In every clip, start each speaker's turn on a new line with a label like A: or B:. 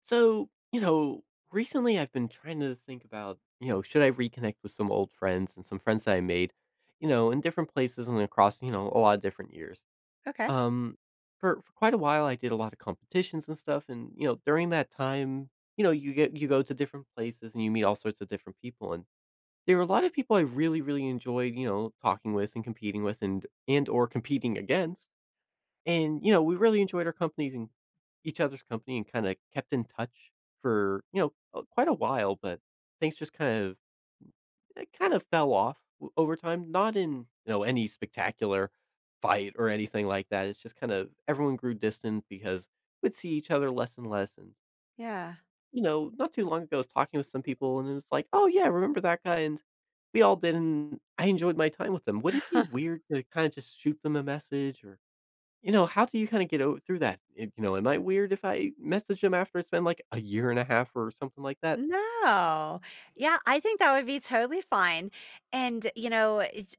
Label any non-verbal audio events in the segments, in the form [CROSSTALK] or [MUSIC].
A: So, you know, Recently I've been trying to think about, you know, should I reconnect with some old friends and some friends that I made, you know, in different places and across, you know, a lot of different years.
B: Okay.
A: Um for quite a while I did a lot of competitions and stuff and, you know, during that time, you know, you go to different places and you meet all sorts of different people, and there were a lot of people I really enjoyed, you know, talking with and competing with and or competing against and, you know, we really enjoyed our companies and each other's company and kinda kept in touch for, you know, quite a while. But things just kind of it kind of fell off o over time, not in, you know, any spectacular fight or anything like that. It's just kind of everyone grew distant because we'd see each other less and less. And,
B: Yeah.
A: you know, not too long ago, I was talking with some people, and it was like, "Oh, yeah, remember that guy?" And we all did, and I enjoyed my time with them. Would it be
B: [LAUGHS]
A: weird to kinda just shoot them a message? Or you know, how do you kinda get o through that? It You know, am I weird if I message them after it's been, like, a year and a half or something like that?
B: No. Yeah, I think that would be totally fine. And, you know, it-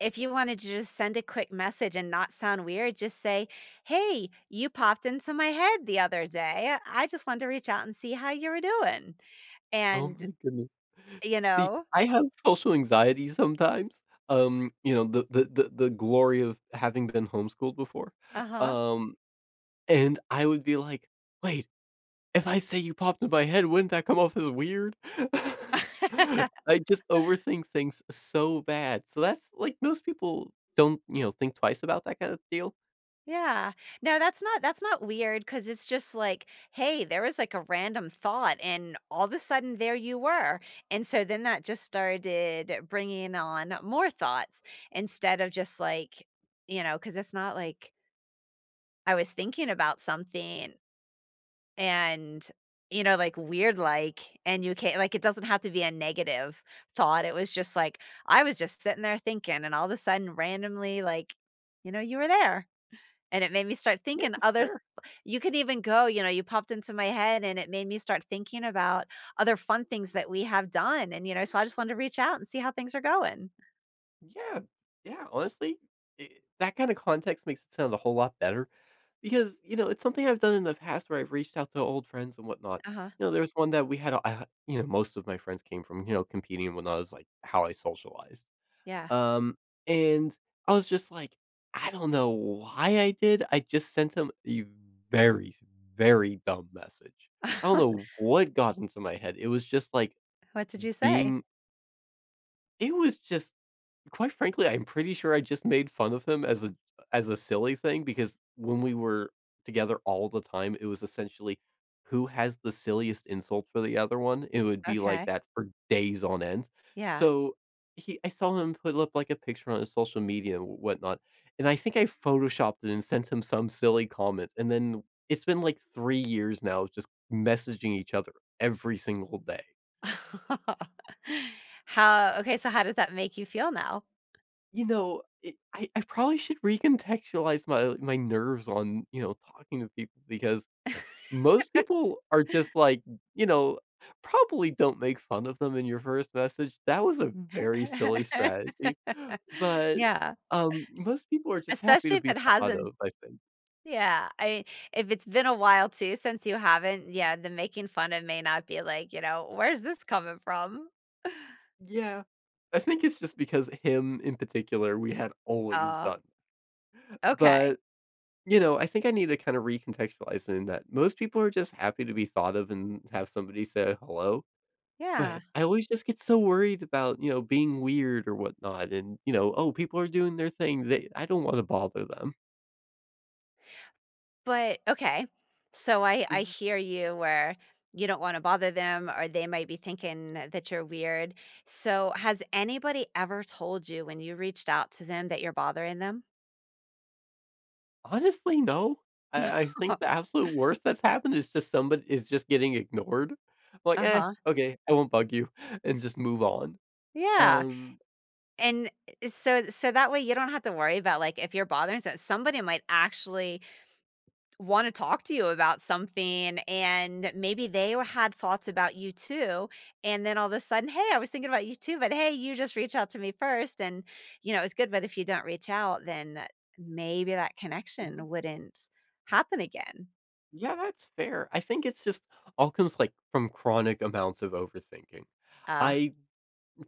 B: if you wanted to just send a quick message and not sound weird, just say, "Hey, you popped into my head the other day. I just wanted to reach out and see how you were doing."
A: Oh
B: And,
A: my goodness.
B: you
A: See,
B: know,
A: I have social anxiety sometimes, you know, the glory of having been homeschooled before,
B: uh
A: um, and I would be like, "Wait, if I say you popped in my head, wouldn't that come off as weird?" [LAUGHS]
B: huh. [LAUGHS]
A: I just overthink things so bad, so that's like, most people don't, you know, think twice about that kind of deal.
B: Yeah. No, that's not weird because it's just like, hey, there was like a random thought and all of a sudden there you were. And so then that just started bringing on more thoughts instead of just like, you know, because it's not like I was thinking about something and you know, like weird like and you can't like it doesn't have to be a negative thought. It was just like I was just sitting there thinking and all of a sudden randomly like, you know, you were there and it made me start
A: Yeah,
B: thinking other,
A: fair.
B: you could even go, you know, you popped into my head and it made me start thinking about other fun things that we have done, and, you know, so I just wanted to reach out and see how things are going.
A: Yeah, yeah, honestly, I that kinda context makes it sound a whole lot better because, you know, it's something I've done in the past where I've reached out to old friends and whatnot.
B: Uh-huh,
A: You know, there was one that we had a I you know, most of my friends came from, you know, competing and whatnot. It was like, how I socialized.
B: yeah.
A: Um, and I was just like, "I don't know why I did." I just sent him a very, very dumb message. I don't
B: [LAUGHS]
A: know what got into my head. It was just like
B: What did you say?
A: being it was just quite frankly, I'm pretty sure I just made fun of him as a silly thing because when we were together all the time, it was essentially who has the silliest insult for the other one. It would be like
B: Okay,
A: that for days on end.
B: yeah.
A: So I saw him put up like a picture on his social media and whatnot, and I think I photoshopped it and sent him some silly comments. And then it's been like 3 years now, of just messaging each other every single day.
B: [LAUGHS] How okay, so how does that make you feel now?
A: You know, it I probably should recontextualize my nerves on, you know, talking to people because most people are just like, you know, probably don't make fun of them in your first message. That was a Mhm. very silly
B: [LAUGHS]
A: strategy, but,
B: Yeah,
A: most people are just happy
B: especially
A: to
B: if
A: be
B: it
A: thought
B: hasn't,
A: of, I think.
B: yeah, I if it's been a while too since you haven't, yeah, the making fun of may not be like, you know, "Where's this coming from?" [LAUGHS]
A: Yeah. I think it's just because him in particular, we had always
B: Oh,
A: done.
B: okay,
A: But, you know, I think I need to kinda recontextualize in that most people are just happy to be thought of and have somebody say hello.
B: yeah.
A: But I always just get so worried about, you know, being weird or whatnot and, you know, "Oh, people are doing their thing. They I don't wanna bother them."
B: But okay. So I
A: Mhm.
B: hear you where you don't want to bother them or they might be thinking that you're weird. So has anybody ever told you when you reached out to them that you're bothering them?
A: Honestly, no. I think the
B: [LAUGHS]
A: absolute worst that's happened is just somebody is just getting ignored. I'm like, "Eh,
B: Uh-huh.
A: okay, I won't bug you," [LAUGHS] and just move on.
B: Yeah.
A: Um
B: And eh, so so that way you don't have to worry about like if you're bothering so somebody might actually want to talk to you about something and maybe they had thoughts about you too and then all of a sudden, hey, I was thinking about you too, but hey, you just reach out to me first and you know it's good, but if you don't reach out then maybe that
A: Mhm.
B: connection wouldn't happen again.
A: Yeah, that's fair. I think it's just all comes, like, from chronic amounts of overthinking.
B: Uh,
A: I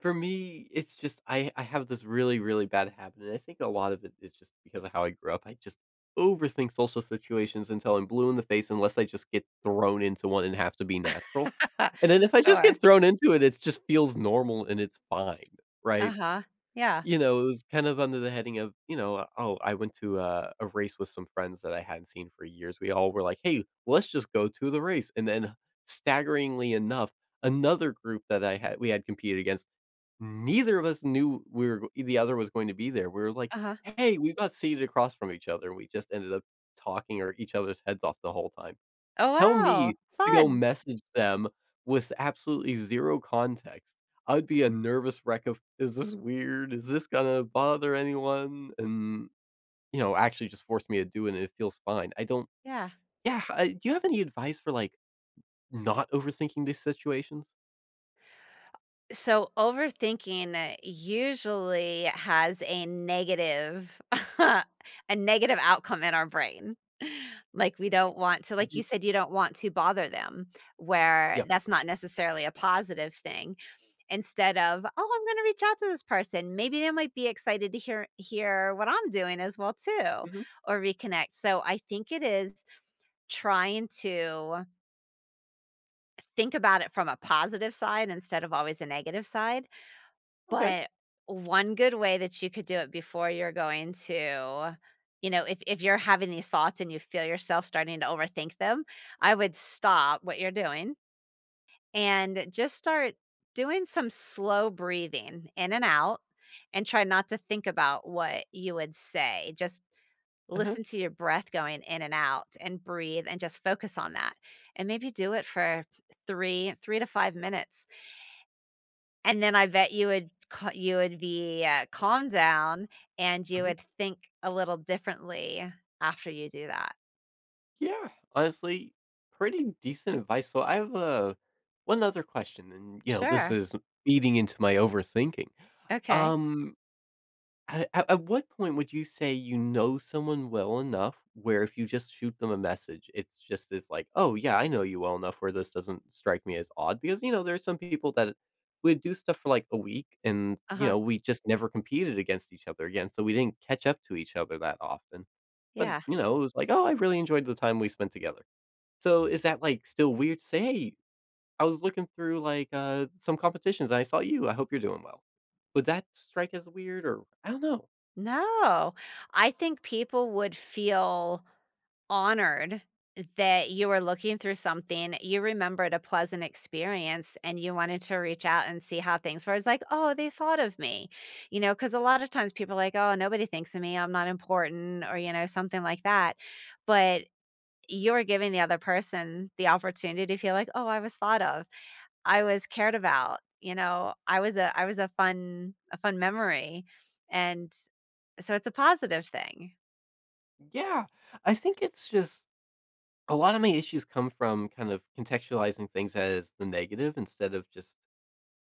A: For me, it's just I have this really, really bad habit, and I think a lot of it is just because of how I grew up. I just overthink social situations until I'm blue in the face unless I just get thrown into one and have to be natural. And then if
B: [LAUGHS]
A: I just
B: sure.
A: get thrown into it, it just feels normal and it's fine, right?
B: Uh-huh. Yeah.
A: You know, it was kind of under the heading of, you know, oh, I went to a race with some friends that I hadn't seen for years. We all were like, hey, let's just go to the race. And then staggeringly enough, another group that I had we had competed against. Neither of us knew We were the other was going to be there. We were like,
B: Uh-huh.
A: "Hey," we got seated across from each other, and we just ended up talking our each other's heads off the whole time.
B: Oh,
A: Tell me
B: wow,
A: to go
B: fun.
A: message them with absolutely 0 context. I'd be a nervous wreck of, "Is this weird? Is this gonna bother anyone?" And, you know, actually just forced me to do it, and it feels fine. I don't
B: Yeah.
A: yeah, I do you have any advice for, like, not overthinking these situations?
B: So overthinking usually has a negative [LAUGHS] a negative outcome in our brain. [LAUGHS] Like we don't want to like you
A: Mhm.
B: said you don't want to bother them where
A: Yep.
B: that's not necessarily a positive thing. Instead of, "Oh, I'm going to reach out to this person. Maybe they might be excited to hear what I'm doing as well too,
A: Mhm.
B: or reconnect." So I think it is trying to think about it from a positive side instead of always a negative side.
A: Okay.
B: But one good way that you could do it before you're going to, you know, if you're having these thoughts and you feel yourself starting to overthink them, I would stop what you're doing and just start doing some slow breathing in and out and try not to think about what you would say. Just
A: Uh-huh.
B: listen to your breath going in and out and breathe and just focus on that. And maybe do it for 3 to 5 minutes. And then I bet you would ca you would be, calmed down, and you
A: Mhm.
B: would think a little differently after you do that.
A: Yeah, honestly, pretty decent advice. So I have one other question, and you know, this
B: Sure.
A: is feeding into my overthinking.
B: Okay.
A: Um, at what point would you say you know someone well enough where if you just shoot them a message, it's just is like, oh yeah, I know you well enough where this doesn't strike me as odd? Because you know there are some people that would do stuff for like a week, and you
B: Uh-huh.
A: know we just never competed against each other again, so we didn't catch up to each other that often. But
B: Yeah.
A: you know, it was like, oh, I really enjoyed the time we spent together. So, is that, like, still weird to say, "Hey, I was looking through, like, some competitions and I saw you. I hope you're doing well." Would that strike as weird or I don't know.
B: No. I think people would feel honored that you were looking through something, you remembered a pleasant experience, and you wanted to reach out and see how things were. It's like, "Oh, they thought of me." You know, because a lot of times people are like, "Oh, nobody thinks of me, I'm not important," or, you know, something like that. But you are giving the other person the opportunity to feel like, "Oh, I was thought of. I was cared about," you know, I was a fun memory," and so it's a positive thing.
A: Yeah, I think it's just a lot of my issues come from kind of contextualizing things as the negative instead of just,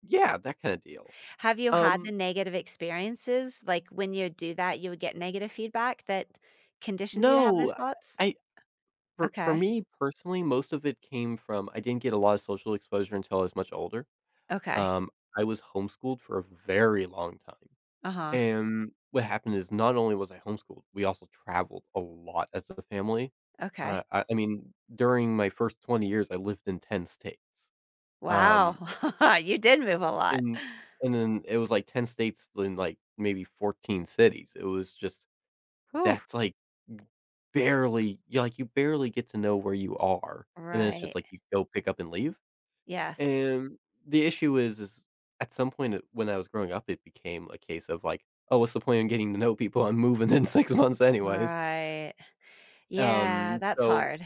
A: "Yeah," that kinda deal.
B: Have you had
A: Um,
B: the negative experiences, like, when you do that, you would get negative feedback that conditioned you to have
A: no,
B: those thoughts?
A: I for
B: Okay.
A: me personally, most of it came from I didn't get a lot of social exposure until I was much older.
B: Okay.
A: Um, I was homeschooled for a very long time.
B: Uh-huh.
A: And what happened is not only was I homeschooled, we also traveled a lot as a family.
B: Okay.
A: I mean, during my first 20 years, I lived in 10 states.
B: Wow.
A: Um,
B: [LAUGHS] You did move a lot.
A: and and then it was like 10 states in like maybe 14 cities. It was just
B: Whew.
A: that's like barely you like you barely get to know where you are. And then it's just
B: Right.
A: like you go pick up and leave.
B: Yes.
A: And the issue is at some point it when I was growing up, it became a case of, like, "Oh, what's the point in getting to know people? I'm moving in [LAUGHS] 6 months anyways."
B: Right. Yeah,
A: Um,
B: that's
A: so
B: hard.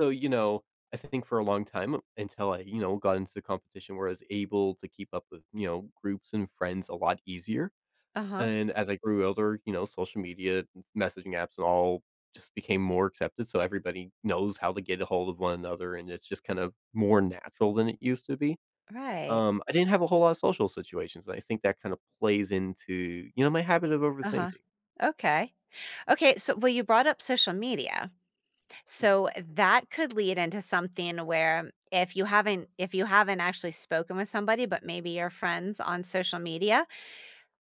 A: so, you know, I think for a long time until I, you know, got into the competition where I was able to keep up with, you know, groups and friends a lot easier,
B: Uh-huh.
A: and as I grew older, you know, social media, messaging apps and all just became more accepted, so everybody knows how to get a hold of one another, and it's just kind of more natural than it used to be.
B: Right.
A: I didn't have a whole lot of social situations, and I think that kind of plays into, you know, my habit of
B: Uh-huh.
A: overthinking.
B: Okay. Okay, so well you brought up social media.
A: Mhm.
B: So that could lead into something where if you haven't actually spoken with somebody but maybe your friends on social media,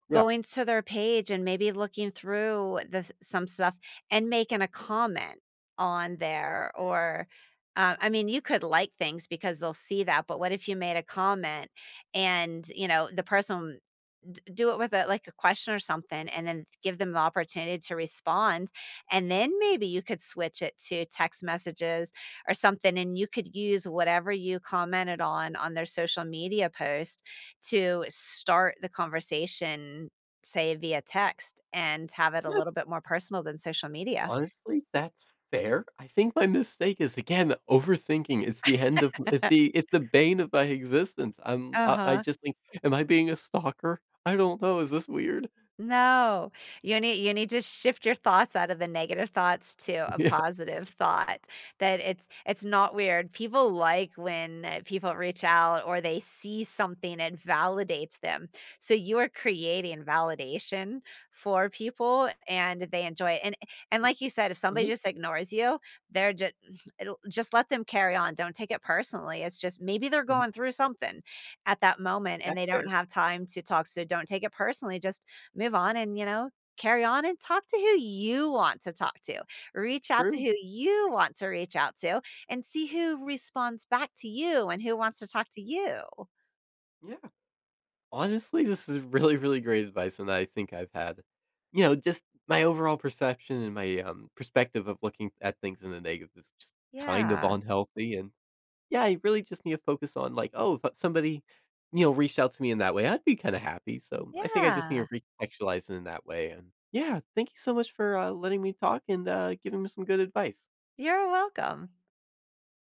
A: Yeah.
B: going to their page and maybe looking through the some stuff and making a comment on there, or, I mean, you could like things because they'll see that, but what if you made a comment and, you know, the person do it with a like a question or something and then give them the opportunity to respond and then maybe you could switch it to text messages or something and you could use whatever you commented on their social media post to start the conversation, say via text, and have it a
A: Yeah,
B: little bit more personal than social media.
A: honestly, that's fair. I think my mistake is again overthinking.
B: [LAUGHS]
A: It's the bane of my existence. I
B: Uh-huh.
A: just think, am I being a stalker? I don't know. Is this weird? [LAUGHS]
B: No, you need to shift your thoughts out of the negative thoughts to a
A: Yeah.
B: positive thought, that it's not weird. People like when people reach out or they see something that validates them. So you are creating validation for people and they enjoy it. And like you said, if somebody
A: Mhm,
B: just ignores you, they're just, it'll just let them carry on. Don't take it personally. It's just maybe they're
A: mhm.
B: going through something at that moment
A: Yeah,
B: and they
A: fair.
B: don't have time to talk. So don't take it personally. Just move on and, you know, carry on and talk to who you want to talk to. Reach out to
A: True.
B: who you want to reach out to and see who responds back to you and who wants to talk to you.
A: Yeah. Honestly, this is really, really great advice, and I think I've had, you know, just my overall perception and my perspective of looking at things in the negative is just kind of
B: Yeah.
A: unhealthy. And yeah, I really just need to focus on like, oh, if somebody, you know, reached out to me in that way, I'd be kind of happy. So I think I just need
B: Yeah.
A: to recontextualize it in that way. And yeah, thank you so much for letting me talk and giving me some good advice.
B: You're welcome.